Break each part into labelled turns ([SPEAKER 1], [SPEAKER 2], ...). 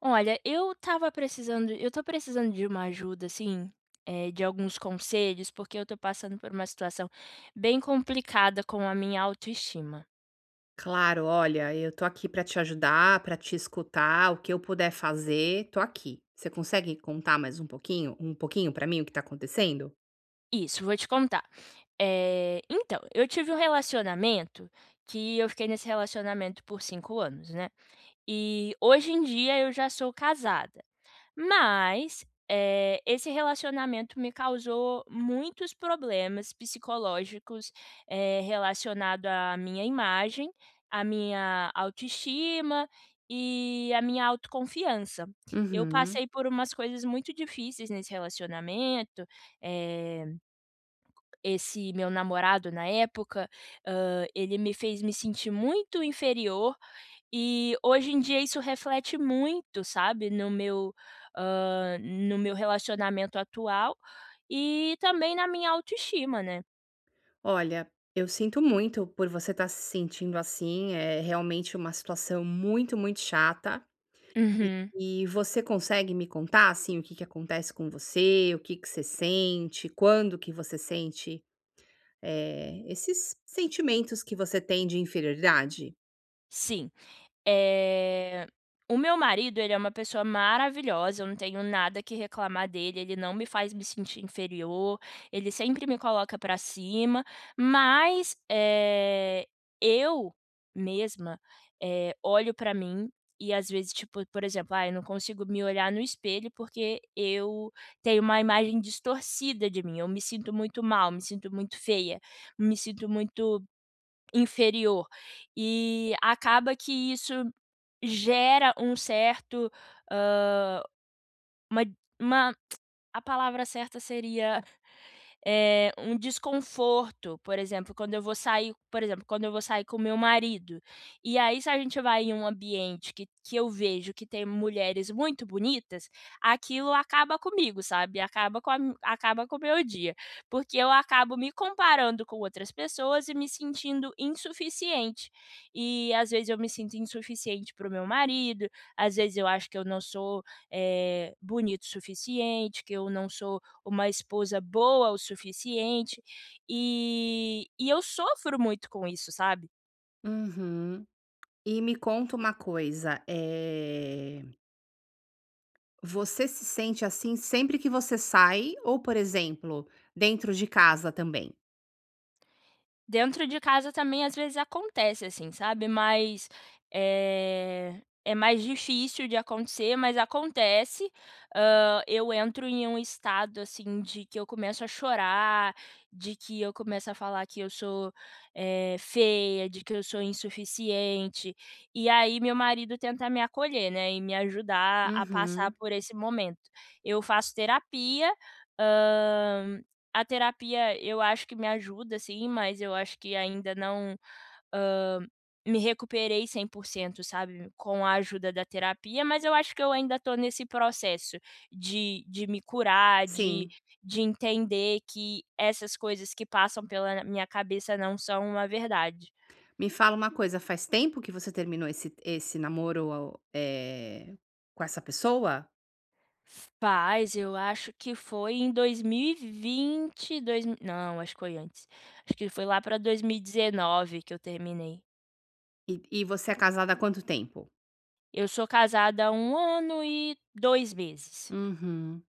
[SPEAKER 1] Olha, eu estou precisando de uma ajuda, assim, de alguns conselhos, porque eu estou passando por uma situação bem complicada com a minha autoestima.
[SPEAKER 2] Claro, olha, eu tô aqui pra te ajudar, pra te escutar, o que eu puder fazer, tô aqui. Você consegue contar mais um pouquinho, pra mim o que tá acontecendo?
[SPEAKER 1] Isso, vou te contar. Então, eu tive um relacionamento que eu fiquei nesse relacionamento por 5 anos, né, e hoje em dia eu já sou casada. Mas, esse relacionamento me causou muitos problemas psicológicos, relacionado à minha imagem, à minha autoestima e à minha autoconfiança. Eu
[SPEAKER 2] Uhum.
[SPEAKER 1] passei por umas coisas muito difíceis nesse relacionamento, eh, esse meu namorado na época, ele me fez me sentir muito inferior e hoje em dia isso reflete muito, sabe, no meu relacionamento atual e também na minha autoestima, né.
[SPEAKER 2] Olha, eu sinto muito por você estar se sentindo assim, é realmente uma situação muito, muito chata.
[SPEAKER 1] Uhum,
[SPEAKER 2] E você consegue me contar assim o que que acontece com você, o que que você sente, quando que você sente esses sentimentos que você tem de inferioridade.
[SPEAKER 1] sim. Eh, o meu marido, ele é uma pessoa maravilhosa, eu não tenho nada que reclamar dele, ele não me faz me sentir inferior, ele sempre me coloca pra cima, mas, eu mesma, olho pra mim e às vezes, tipo, por exemplo, ah, eu não consigo me olhar no espelho porque eu tenho uma imagem distorcida de mim, eu me sinto muito mal, me sinto muito feia, me sinto muito inferior. E acaba que isso gera um certo, hã, uma uma a palavra certa seria um desconforto, por exemplo, quando eu vou sair com meu marido, e aí se a gente vai em um ambiente que eu vejo que tem mulheres muito bonitas, aquilo acaba comigo, sabe, acaba com o meu dia, porque eu acabo me comparando com outras pessoas e me sentindo insuficiente. E às vezes eu me sinto insuficiente para o meu marido, às vezes eu acho que eu não sou, bonito o suficiente, que eu não sou uma esposa boa o suficiente. E eu sofro muito com isso, sabe?
[SPEAKER 2] Uhum. E me conta uma coisa, você se sente assim sempre que você sai ou, por exemplo, dentro de casa também?
[SPEAKER 1] Dentro de casa também às vezes acontece, assim, sabe, mas, eh, é mais difícil de acontecer, mas acontece. Eu entro em um estado, assim, de que eu começo a chorar, de que eu começo a falar que eu sou, feia, de que eu sou insuficiente, e aí meu marido tenta me acolher, né, e me ajudar a passar
[SPEAKER 2] Uhum.
[SPEAKER 1] por esse momento. Eu faço terapia, a terapia eu acho que me ajuda sim, mas eu acho que ainda não, hã, me recuperei 100%, sabe, com a ajuda da terapia, mas eu acho que eu ainda estou nesse processo de me curar, de
[SPEAKER 2] Sim.
[SPEAKER 1] de entender que essas coisas que passam pela minha cabeça não são uma verdade.
[SPEAKER 2] Me fala uma coisa, faz tempo que você terminou esse namoro com essa pessoa?
[SPEAKER 1] Faz, eu acho que foi em 2020, dois, não, acho que foi antes. Acho que foi lá para 2019 que eu terminei.
[SPEAKER 2] E você é casada há quanto tempo?
[SPEAKER 1] Eu sou casada há 1 ano e 2 meses,
[SPEAKER 2] Uhum.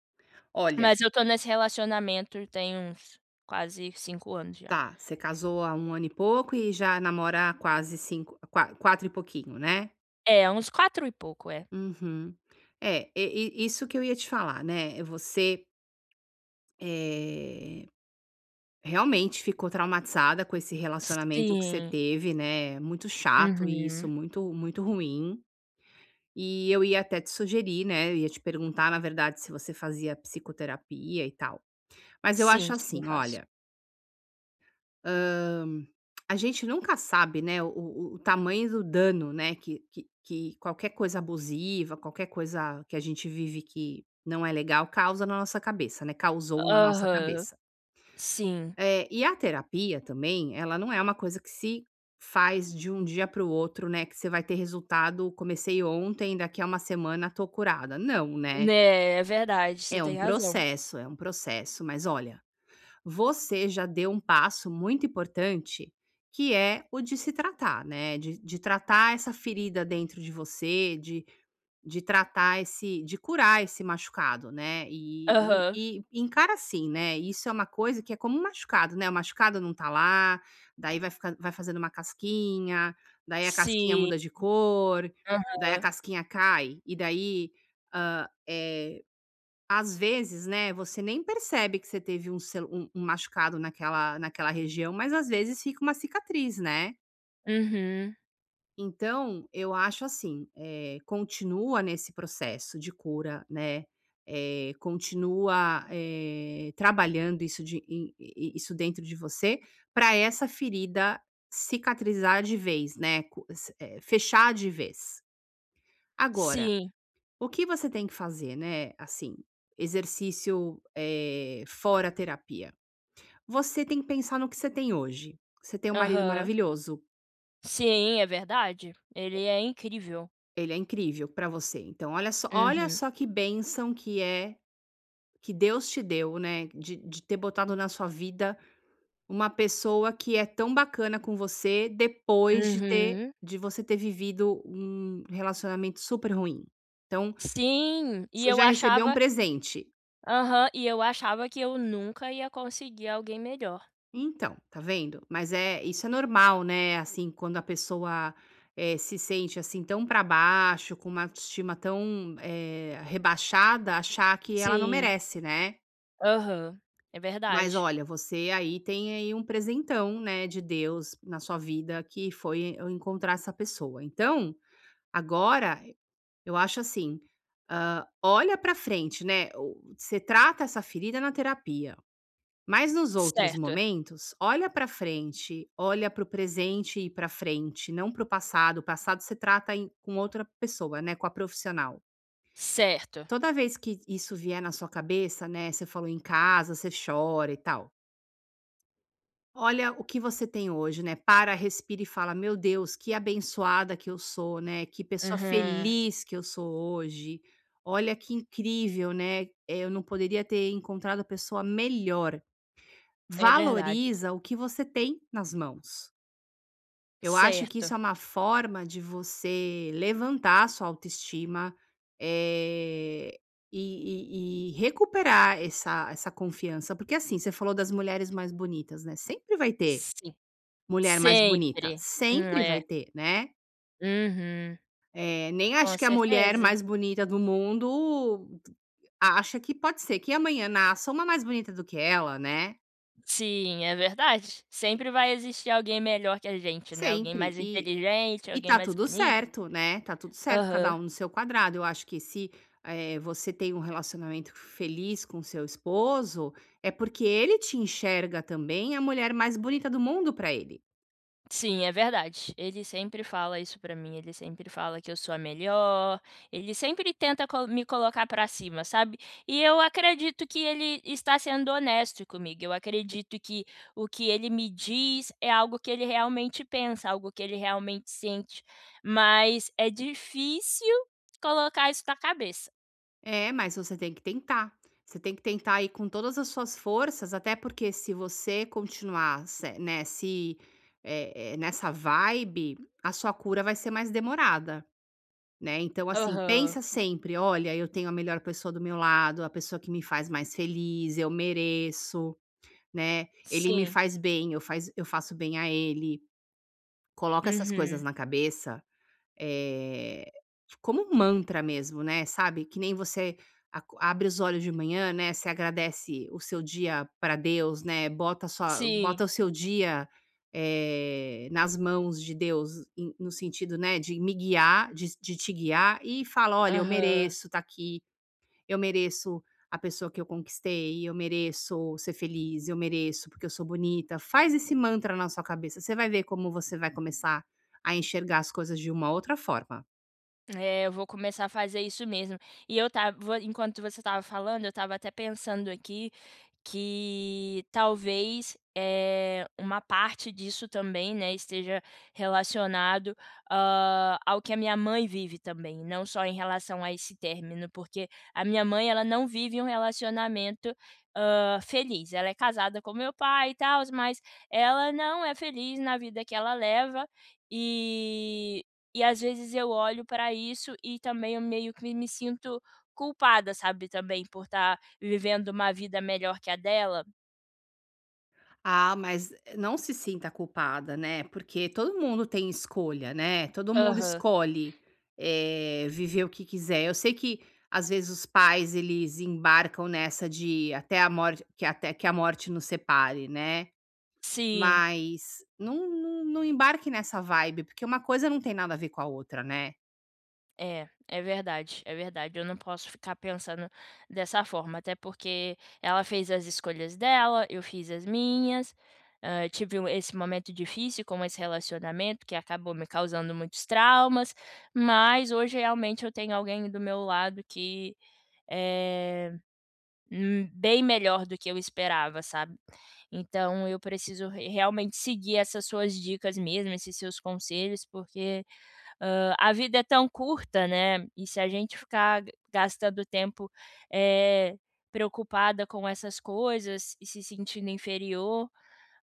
[SPEAKER 2] Olha.
[SPEAKER 1] mas eu tô nesse relacionamento tem uns quase 5 anos já.
[SPEAKER 2] Tá, você casou há um ano e pouco e já namora há quase 5, qua 4 e pouquinho, né?
[SPEAKER 1] É, uns quatro e pouco, é.
[SPEAKER 2] Uhum. É, e isso que eu ia te falar, né, você, eh, realmente ficou traumatizada com esse relacionamento que você
[SPEAKER 1] Sim.
[SPEAKER 2] teve, né, muito chato isso,
[SPEAKER 1] Uhum.
[SPEAKER 2] muito ruim. E eu ia até te sugerir, né, eu ia te perguntar, na verdade, se você fazia psicoterapia e tal. Mas eu
[SPEAKER 1] Sim,
[SPEAKER 2] acho
[SPEAKER 1] sim, eu
[SPEAKER 2] assim,
[SPEAKER 1] faço.
[SPEAKER 2] olha. Hã, a gente nunca sabe, né, o tamanho do dano, né, que qualquer coisa abusiva, qualquer coisa que a gente vive que não é legal causa na nossa cabeça, né, causou na nossa
[SPEAKER 1] Aham.
[SPEAKER 2] cabeça.
[SPEAKER 1] Sim.
[SPEAKER 2] E a terapia também, ela não é uma coisa que se faz de um dia para o outro, né, que você vai ter resultado: "Comecei ontem, daqui a uma semana tô curada". Não, né.
[SPEAKER 1] Né, é verdade, você tem razão.
[SPEAKER 2] É um processo, mas olha, você já deu um passo muito importante, que é o de se tratar, né, de tratar essa ferida dentro de você, de tratar esse de curar esse machucado, né, e
[SPEAKER 1] Aham.
[SPEAKER 2] e e encara assim, né, isso é uma coisa que é como um machucado, né, o machucado não tá lá, daí vai fazendo uma casquinha, daí a casquinha
[SPEAKER 1] Sim.
[SPEAKER 2] muda de cor, daí a
[SPEAKER 1] Aham.
[SPEAKER 2] casquinha cai, e daí, hã, eh às vezes, né, você nem percebe que você teve um cel um machucado naquela região, mas às vezes fica uma cicatriz, né.
[SPEAKER 1] Uhum.
[SPEAKER 2] Então, eu acho assim, continua nesse processo de cura, né, continua, trabalhando isso dentro de você, para essa ferida cicatrizar de vez, né, fechar de vez. Agora,
[SPEAKER 1] Sim.
[SPEAKER 2] o que você tem que fazer, né, assim, exercício, fora terapia? Você tem que pensar no que você tem hoje. Você tem um marido
[SPEAKER 1] Aham.
[SPEAKER 2] maravilhoso,
[SPEAKER 1] Sim, é verdade. Ele é incrível.
[SPEAKER 2] ele é incrível pra você, então olha
[SPEAKER 1] Uhum.
[SPEAKER 2] só que bênção que é que Deus te deu, né, de ter botado na sua vida uma pessoa que é tão bacana com você, depois de ter
[SPEAKER 1] Uhum.
[SPEAKER 2] de você ter vivido um relacionamento super ruim. Então,
[SPEAKER 1] Sim, e
[SPEAKER 2] você
[SPEAKER 1] eu
[SPEAKER 2] já recebeu um
[SPEAKER 1] achava.
[SPEAKER 2] presente.
[SPEAKER 1] Aham, e eu achava que eu nunca ia conseguir alguém melhor.
[SPEAKER 2] Então, tá vendo? Mas é isso, é normal, né, assim, quando a pessoa, se sente, assim, tão pra baixo, com uma autoestima tão, rebaixada, achar que ela não
[SPEAKER 1] Sim,
[SPEAKER 2] merece, né.
[SPEAKER 1] aham, é
[SPEAKER 2] Mas
[SPEAKER 1] verdade.
[SPEAKER 2] olha, você aí tem aí um presentão, né, de Deus na sua vida, que foi eu encontrar essa pessoa. Então, agora, eu acho assim, olha pra frente, né, o você trata essa ferida na terapia. Mas nos outros
[SPEAKER 1] Certo,
[SPEAKER 2] momentos, olha para frente, olha para o presente e para frente, não para o passado. O passado você trata com outra pessoa, né, com a profissional.
[SPEAKER 1] certo.
[SPEAKER 2] Toda vez que isso vier na sua cabeça, né, você falou em casa, você chora e tal. Olha o que você tem hoje, né? Para, respira e fala: "Meu Deus, que abençoada que eu sou, né? Que pessoa
[SPEAKER 1] Uhum,
[SPEAKER 2] feliz que eu sou hoje. Olha que incrível, né? Eu não poderia ter encontrado a pessoa melhor."
[SPEAKER 1] é verdade.
[SPEAKER 2] Valoriza o que você tem nas mãos. Eu acho que
[SPEAKER 1] Certo,
[SPEAKER 2] isso é uma forma de você levantar a sua autoestima, eh, e recuperar essa confiança, porque, assim, você falou das mulheres mais bonitas, né, sempre vai ter
[SPEAKER 1] sim,
[SPEAKER 2] mulher mais bonita,
[SPEAKER 1] sempre.
[SPEAKER 2] sempre vai
[SPEAKER 1] É.
[SPEAKER 2] ter, né.
[SPEAKER 1] Uhum,
[SPEAKER 2] Nem
[SPEAKER 1] com
[SPEAKER 2] acho que a mulher
[SPEAKER 1] certeza.
[SPEAKER 2] mais bonita do mundo acha que pode ser que amanhã nasça uma mais bonita do que ela, né,
[SPEAKER 1] Sim, é verdade. Sempre vai existir alguém melhor que a gente, né, alguém
[SPEAKER 2] sempre.
[SPEAKER 1] mais
[SPEAKER 2] e
[SPEAKER 1] inteligente,
[SPEAKER 2] E
[SPEAKER 1] alguém
[SPEAKER 2] tá
[SPEAKER 1] mais
[SPEAKER 2] tudo
[SPEAKER 1] bonito.
[SPEAKER 2] certo, né, tá tudo certo, cada
[SPEAKER 1] Aham.
[SPEAKER 2] um no seu quadrado. Eu acho que se, você tem um relacionamento feliz com seu esposo, é porque ele te enxerga também a mulher mais bonita do mundo pra ele.
[SPEAKER 1] Sim, é verdade. Ele sempre fala isso pra mim, ele sempre fala que eu sou a melhor, ele sempre tenta co me colocar pra cima, sabe. E eu acredito que ele está sendo honesto comigo, eu acredito que o que ele me diz é algo que ele realmente pensa, algo que ele realmente sente, mas é difícil colocar isso na cabeça.
[SPEAKER 2] É, mas você tem que tentar. Você tem que tentar ir com todas as suas forças, até porque se você continuar se né, se eh eh, nessa vibe, a sua cura vai ser mais demorada. Né, então assim,
[SPEAKER 1] Aham.
[SPEAKER 2] pensa sempre: "Olha, eu tenho a melhor pessoa do meu lado, a pessoa que me faz mais feliz, eu mereço, né, ele me
[SPEAKER 1] Sim.
[SPEAKER 2] faz bem, eu faço bem a ele". Coloca essas
[SPEAKER 1] Uhum.
[SPEAKER 2] coisas na cabeça eh, como um mantra mesmo, né, sabe, que nem você aco abre os olhos de manhã, né, você agradece o seu dia para Deus, né,
[SPEAKER 1] Sim.
[SPEAKER 2] bota o seu dia, nas mãos de Deus, no sentido, né, de de te guiar e fala: "Olha, eu
[SPEAKER 1] Aham.
[SPEAKER 2] mereço tá aqui". Eu mereço a pessoa que eu conquistei, eu mereço ser feliz, eu mereço porque eu sou bonita. Faz esse mantra na sua cabeça, você vai ver como você vai começar a enxergar as coisas de uma outra forma.
[SPEAKER 1] É, eu vou começar a fazer isso mesmo. E eu estava vo enquanto você estava falando, eu estava até pensando aqui que talvez é uma parte disso também, né, esteja relacionado, ao que a minha mãe vive também, não só em relação a esse término, porque a minha mãe, ela não vive um relacionamento, feliz. Ela é casada com meu pai e tal, mas ela não é feliz na vida que ela leva, e às vezes eu olho para isso e também eu meio que me sinto culpada, sabe, também por estar vivendo uma vida melhor que a dela.
[SPEAKER 2] Ah, mas não se sinta culpada, né, porque todo mundo tem escolha, né, todo mundo
[SPEAKER 1] Aham.
[SPEAKER 2] escolhe, viver o que quiser. Eu sei que, às vezes, os pais eles embarcam nessa de até a morte que até que a morte nos separe, né.
[SPEAKER 1] Sim,
[SPEAKER 2] Mas não embarque nessa vibe, porque uma coisa não tem nada a ver com a outra, né.
[SPEAKER 1] é, é verdade, é verdade. Eu não posso ficar pensando dessa forma, até porque ela fez as escolhas dela, eu fiz as minhas, tive esse momento difícil com esse relacionamento que acabou me causando muitos traumas, mas hoje realmente eu tenho alguém do meu lado que, eh hum, bem melhor do que eu esperava, sabe. Então eu preciso re realmente seguir essas suas dicas mesmo, esses seus conselhos, porque, a vida é tão curta, né, e se a gente ficar gastando tempo, eh, preocupada com essas coisas e se sentindo inferior,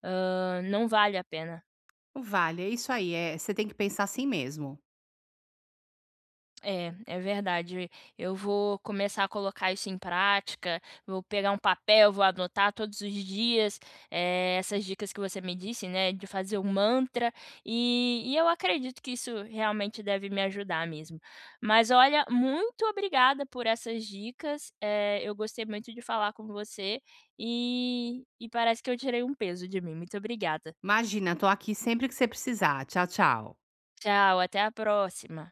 [SPEAKER 1] não vale a pena.
[SPEAKER 2] Não vale, é isso aí, é, você tem que pensar assim mesmo.
[SPEAKER 1] É, é verdade. Eu vou começar a colocar isso em prática, vou pegar um papel, vou anotar todos os dias, essas dicas que você me disse, né, de fazer um mantra, e eu acredito que isso realmente deve me ajudar mesmo. Mas olha, muito obrigada por essas dicas, eu gostei muito de falar com você e parece que eu tirei um peso de mim. Muito obrigada.
[SPEAKER 2] Imagina, tô aqui sempre que você precisar. Tchau, tchau.
[SPEAKER 1] Tchau, até a próxima.